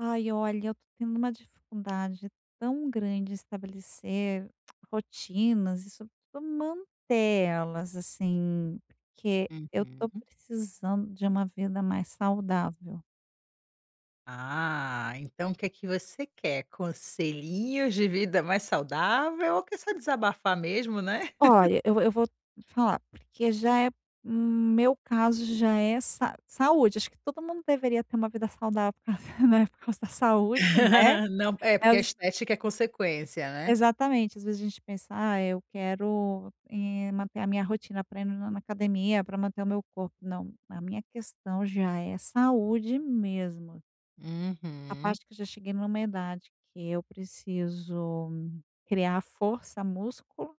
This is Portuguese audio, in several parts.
Ai, olha, eu tô tendo uma dificuldade tão grande em estabelecer rotinas e, sobretudo, mantê-las, assim, porque eu tô Uhum. precisando de uma vida mais saudável. Ah, então o que é que você quer? Conselhinhos de vida mais saudável ou quer só desabafar mesmo, né? Olha, eu vou falar, porque já é meu caso já é sa saúde, acho que todo mundo deveria ter uma vida saudável por causa, né, por causa da saúde, né. Não, é porque a estética é consequência, né? Exatamente, às vezes a gente pensa: "Ah, eu quero, manter a minha rotina para ir na academia, para manter o meu corpo". Não, a minha questão já é saúde mesmo. A Uhum. parte que eu já cheguei numa idade que eu preciso criar força, músculo,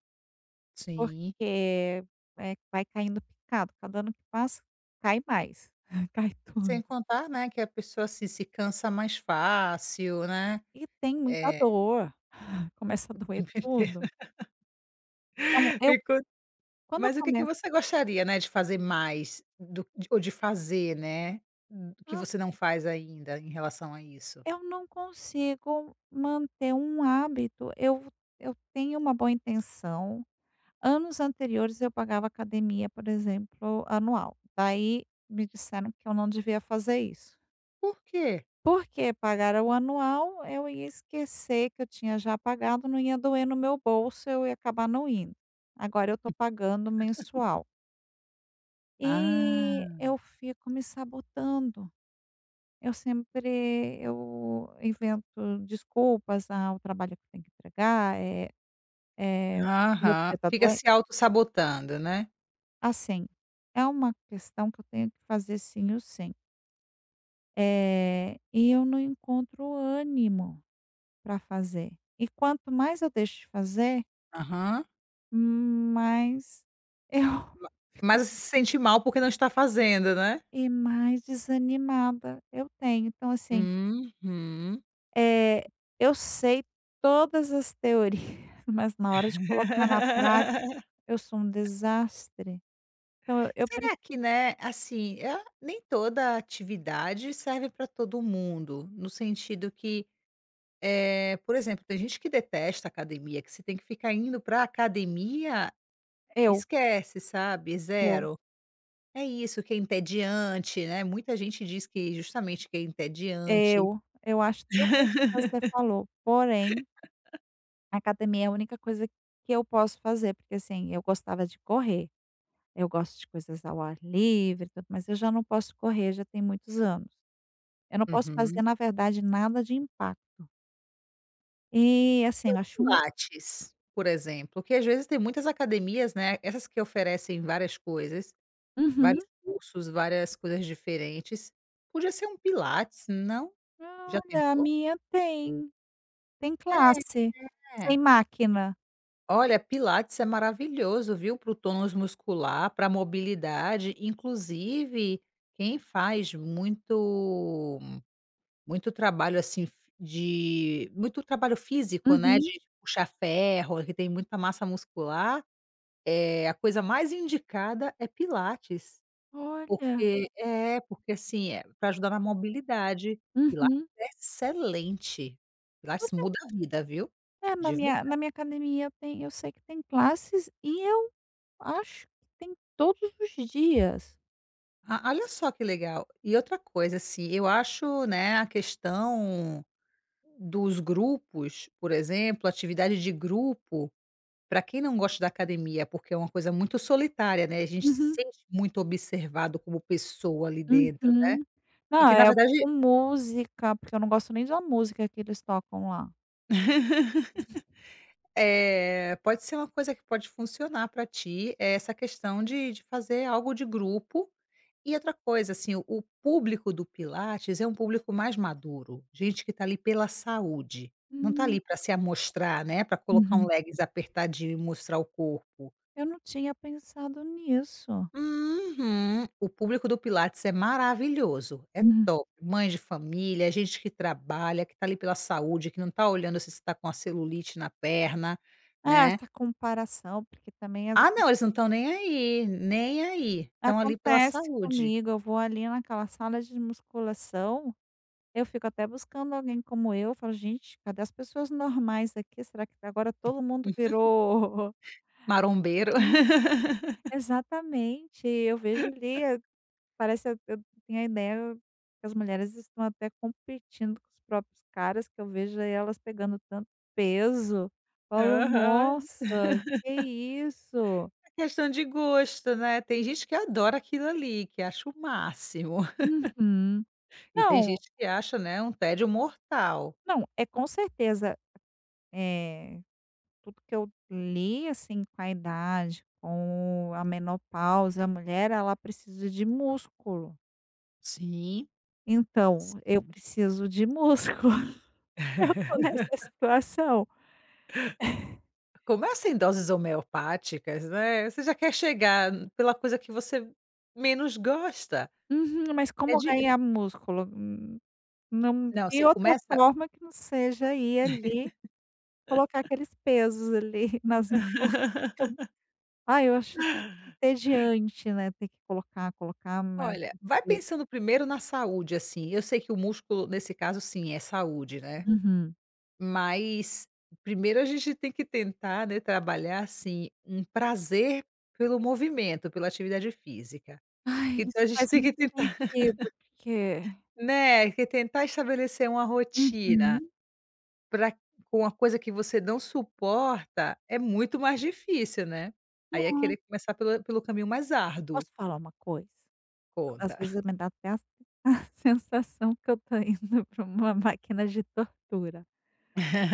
Sim. porque, vai caindo picado, cada ano que passa cai mais, cai tudo. Sem contar, né, que a pessoa assim, se cansa mais fácil, né? E tem muita É, dor, começa a doer tudo. Então eu ficou- quando eu mas o que é que começo você gostaria, né, de fazer mais do- de- ou de fazer, né, que ah, você não faz ainda em relação a isso? eu não consigo manter um hábito. Eu tenho uma boa intenção. Anos anteriores eu pagava academia, por exemplo, anual. Daí me disseram que eu não devia fazer isso. Por quê? Porque pagar o anual, eu ia esquecer que eu tinha já pagado, não ia doer no meu bolso, eu ia acabar não indo. Agora eu estou pagando mensual. E Ah. eu fico me sabotando. Eu sempre eu invento desculpas ao trabalho que eu tenho que entregar, é o meu Aham. Fica projetador se autossabotando, né. assim, é uma questão que eu tenho que fazer sim ou sim. Eu não encontro ânimo para fazer. E quanto mais eu deixo de fazer, Aham. mais eu Ma Mas você se sente mal porque não está fazendo, né. e mais desanimada eu tenho. Então assim Uhum. Eh, eu sei todas as teorias, mas na hora de colocar na prática, eu sou um desastre. Então eu preci Será que, né, assim, ah, nem toda atividade serve para todo mundo, no sentido que, por exemplo, tem gente que detesta academia, que se tem que ficar indo para academia, eu, esquece, sabe, eu, zero. É isso, que é entediante, né, muita gente diz que justamente que é entediante. Eu acho tudo isso que você falou, porém, a academia é a única coisa que eu posso fazer, porque assim, eu gostava de correr, eu gosto de coisas ao ar livre e tudo, mas eu já não posso correr, já tem muitos anos. Eu não posso fazer, Uhum. na verdade, nada de impacto. E assim, eu acho um Pilates, por exemplo, que às vezes tem muitas academias, né, essas que oferecem várias coisas, vários uhum. cursos, várias coisas diferentes. Podia ser um pilates, não? Já Olha, a tentou? minha tem. Tem classe, sem É. máquina. Olha, pilates é maravilhoso, viu, para o tônus muscular, para a mobilidade, inclusive quem faz muito trabalho, assim, f de muito trabalho físico, né, Uhum. de puxar ferro, que tem muita massa muscular. A coisa mais indicada é pilates, Olha. porque é, porque assim, é para ajudar na mobilidade, pilates Uhum. é excelente. Pilates Porque muda a vida, viu, é na de minha verdade. na minha academia tem eu sei que tem classes e eu acho que tem todos os dias. Ah, olha só que legal. E outra coisa, assim, eu acho, né, a questão dos grupos, por exemplo, atividade de grupo, para quem não gosta da academia, porque é uma coisa muito solitária, né, a gente se Uhum, sente muito observado como pessoa ali dentro, né, uhum. e Não, que na é, eu vou verdade, com música, porque eu não gosto nem da música que eles tocam lá. Pode ser uma coisa que pode funcionar para ti, é essa questão de fazer algo de grupo. E outra coisa, assim, o público do pilates é um público mais maduro, gente que está ali pela saúde, não está Hum, ali para se amostrar, né, para colocar um uhum. legs apertadinho e mostrar o corpo. Eu não tinha pensado nisso. Uhum. O público do pilates é maravilhoso, é Uhum. top. Mães de família, é gente que trabalha, que está ali pela saúde, que não está olhando se está com a celulite na perna, É, né. essa comparação, porque também às Ah, não, eles não estão nem aí, nem aí, estão ali pela acontece saúde. comigo, eu vou ali naquela sala de musculação, eu fico até buscando alguém como eu falo: "Gente, cadê as pessoas normais aqui? Será que tá, agora todo mundo Hum, virou". Marombeiro. Exatamente, eu vejo ali, parece eu tenho a ideia que as mulheres estão até competindo com os próprios caras, que eu vejo aí elas pegando tanto peso, falo: Aham. "Nossa, que isso?" É questão de gosto, né, tem gente que adora aquilo ali, que acha o máximo, Uhum. e tem Não, gente que acha, né, um tédio mortal. não, é com certeza, eh tudo que eu li, assim, com a idade, com a menopausa, a mulher ela precisa de músculo. Sim, Então, eu sim. preciso de músculo, eu tô nessa situação. Começa em doses homeopáticas, né, você já quer chegar pela coisa que você menos gosta. Uhum, mas É como de, ganhar músculo? Não não, vi você outra começa. forma que não seja ir ali, colocar aqueles pesos ali nas máquinas. Ai, eu acho entediante, né, ter que colocar, colocar. Mas... Olha, vai pensando primeiro na saúde, assim, eu sei que o músculo nesse caso sim, é saúde, né, Uhum. mas primeiro a gente tem que tentar, né, trabalhar, assim, um prazer pelo movimento, pela atividade física. Ai, Então isso a gente faz tem que muito tentar, sentido, porque... né, que tentar estabelecer uma rotina Uhum. para com uma coisa que você não suporta, é muito mais difícil, né. Aí é Não, querer começar pelo caminho mais eu árduo, posso falar uma coisa? Às conta. vezes me dá até a a sensação que eu tô indo para uma máquina de tortura.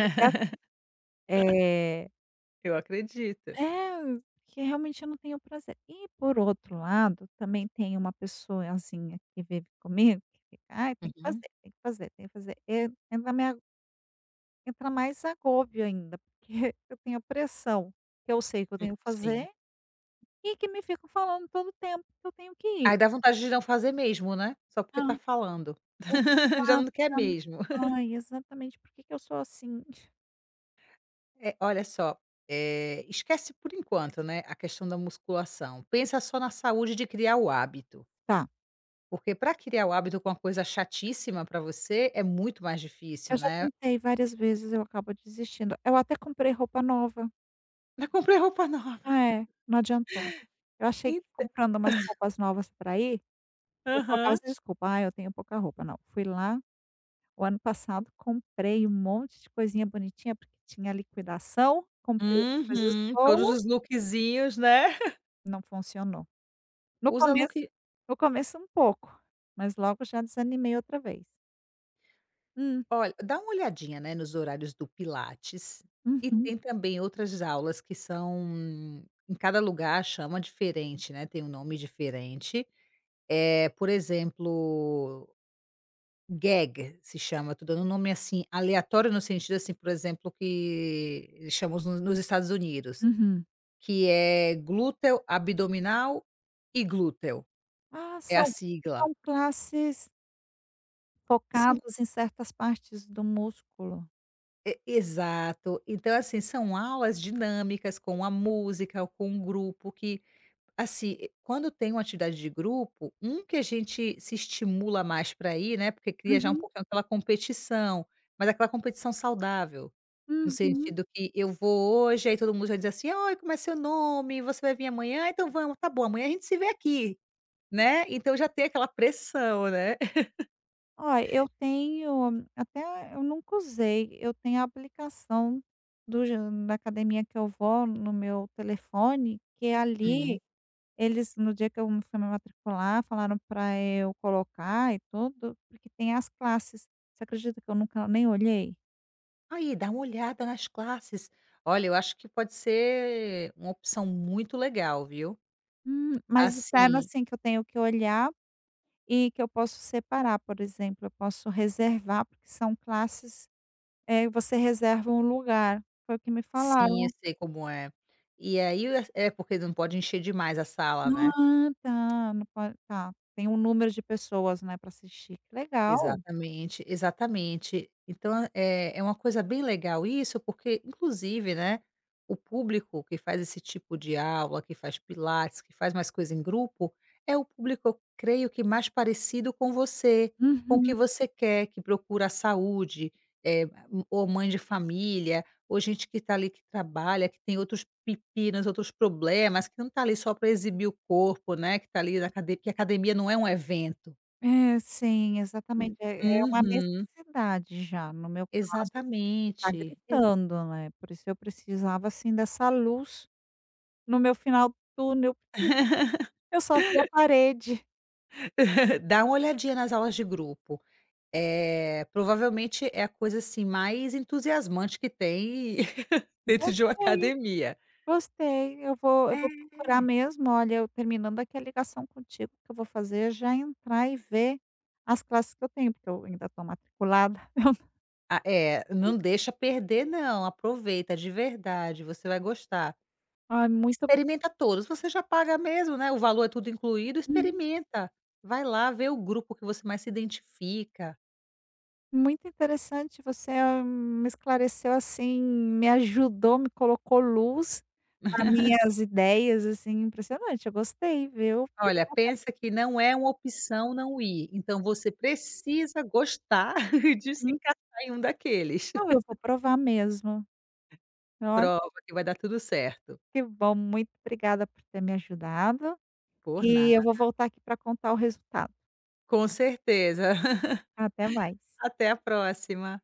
Porque assim, eh Eu acredito. é, que realmente eu não tenho prazer. E por outro lado, também tem uma pessoazinha que vive comigo, que fica: "Ai, tem que Uhum, fazer, tem que fazer, tem que fazer". E entra mais agobio ainda, porque eu tenho a pressão, que eu sei que eu tenho que sim. fazer e que me ficam falando todo tempo que eu tenho que Aí dá vontade de não fazer mesmo, né, só porque ir. tá falando. Já não quer Exatamen mesmo. Ai, exatamente, por que que eu sou assim? É, olha só, esquece por enquanto, né, a questão da musculação, pensa só na saúde de criar o hábito, Tá, porque para criar o hábito com uma coisa chatíssima para você, é muito mais eu difícil, já né. tentei várias vezes, eu acabo desistindo. Eu até comprei roupa nova. "Ah, comprei roupa nova". É, não adiantou. Eu achei que Entã comprando umas roupas novas para ir, porque eu colocava Aham. essa desculpa: "Ah, eu tenho pouca roupa", não, fui lá o ano passado, comprei um monte de coisinha bonitinha, porque tinha liquidação, comprei umas coisas Uhum. Todos boas, os lookzinhos, né. não funcionou. No Usa look começo no começo um pouco, mas logo já desanimei outra vez. Hum, Olha, dá uma olhadinha, né, nos horários do pilates e uhum. tem também outras aulas que são em cada lugar chama diferente, né, tem um nome diferente. É, por exemplo, Gag se chama, tô dando um nome, assim, aleatório no sentido, assim, por exemplo, que eles chamam nos Estados Unidos, Uhum. que é glúteo abdominal e glúteo, Ah, é a são sigla. Classes São focadas em certas partes do músculo. E exato. Então, assim, são aulas dinâmicas com a música ou com um grupo que, assim, e quando tem uma atividade de grupo, um que a gente se estimula mais para ir, né, porque cria já um Uhum, pouquinho aquela competição, mas aquela competição saudável, no uhum. sentido que eu vou hoje, aí todo mundo já diz assim: oi como é seu nome? Você vai vir amanhã? Então vamos, tá bom, amanhã a gente se vê aqui", né. Então já tem aquela pressão, né. Olha, eu nunca usei, eu tenho a aplicação do ge da academia que eu vou no meu telefone, que é ali eles no dia que eu fui me matricular, falaram para eu colocar e tudo, porque tem as classes. Você acredita que eu nunca nem olhei? Aí, dá uma olhada nas classes. Olha, eu acho que pode ser uma opção muito legal, viu. Hum. Mas disseram, Assim assim, que eu tenho que olhar. E que eu posso separar, por exemplo, eu posso reservar, porque são classes, você reserva um lugar, foi o que me sim, eu falaram. sei como é. E aí, é porque não pode encher demais a sala, né. Ah, tá, não pode, tá, tem um número de pessoas, né, para assistir, que legal. Exatamente, exatamente. Então, é uma coisa bem legal isso, porque inclusive, né, o público que faz esse tipo de aula, que faz pilates, que faz mais coisa em grupo, é o público, eu creio que mais parecido com você, com o que Uhum. você quer, que procura a saúde, eh, ou mãe de família, ou gente que está ali que trabalha, que tem outros pepinos, outros problemas, que não está ali só para exibir o corpo, né, que está ali na academia que a academia não é um evento. É, sim, exatamente, é uma Uhum. necessidade já, no meu caso, que tá Exatamente. Ex gritando, né, por isso eu precisava, assim, dessa luz no meu final do túnel, porque eu só via a parede. Dá uma olhadinha nas aulas de grupo. É provavelmente é a coisa, assim, mais entusiasmante que tem dentro de uma Gostei. academia. Gostei, eu vou procurar É. mesmo. Olha, eu terminando aqui a ligação contigo, que eu vou fazer é já entrar e ver as classes que eu tenho, porque eu ainda estou matriculada. Ah, é, não deixa perder não, aproveita de verdade, você vai gostar. Ai, muito Experimenta todos, você já paga mesmo, né, o valor é tudo incluído, uhum, experimenta. Vai lá, vê o grupo que você mais se identifica. Muito interessante, você, me esclareceu, assim, me ajudou, me colocou luz nas minhas ideias, assim, impressionante, eu gostei, viu. Olha, Obrigada. pensa que não é uma opção não ir, então você precisa gostar de se Hum, encaixar em um daqueles. não, eu vou provar mesmo. Olha, Prova que vai dar tudo certo. que bom, muito obrigada por ter me ajudado, Por nada. e eu vou voltar aqui para contar o resultado. Com certeza. Até mais. Até a próxima.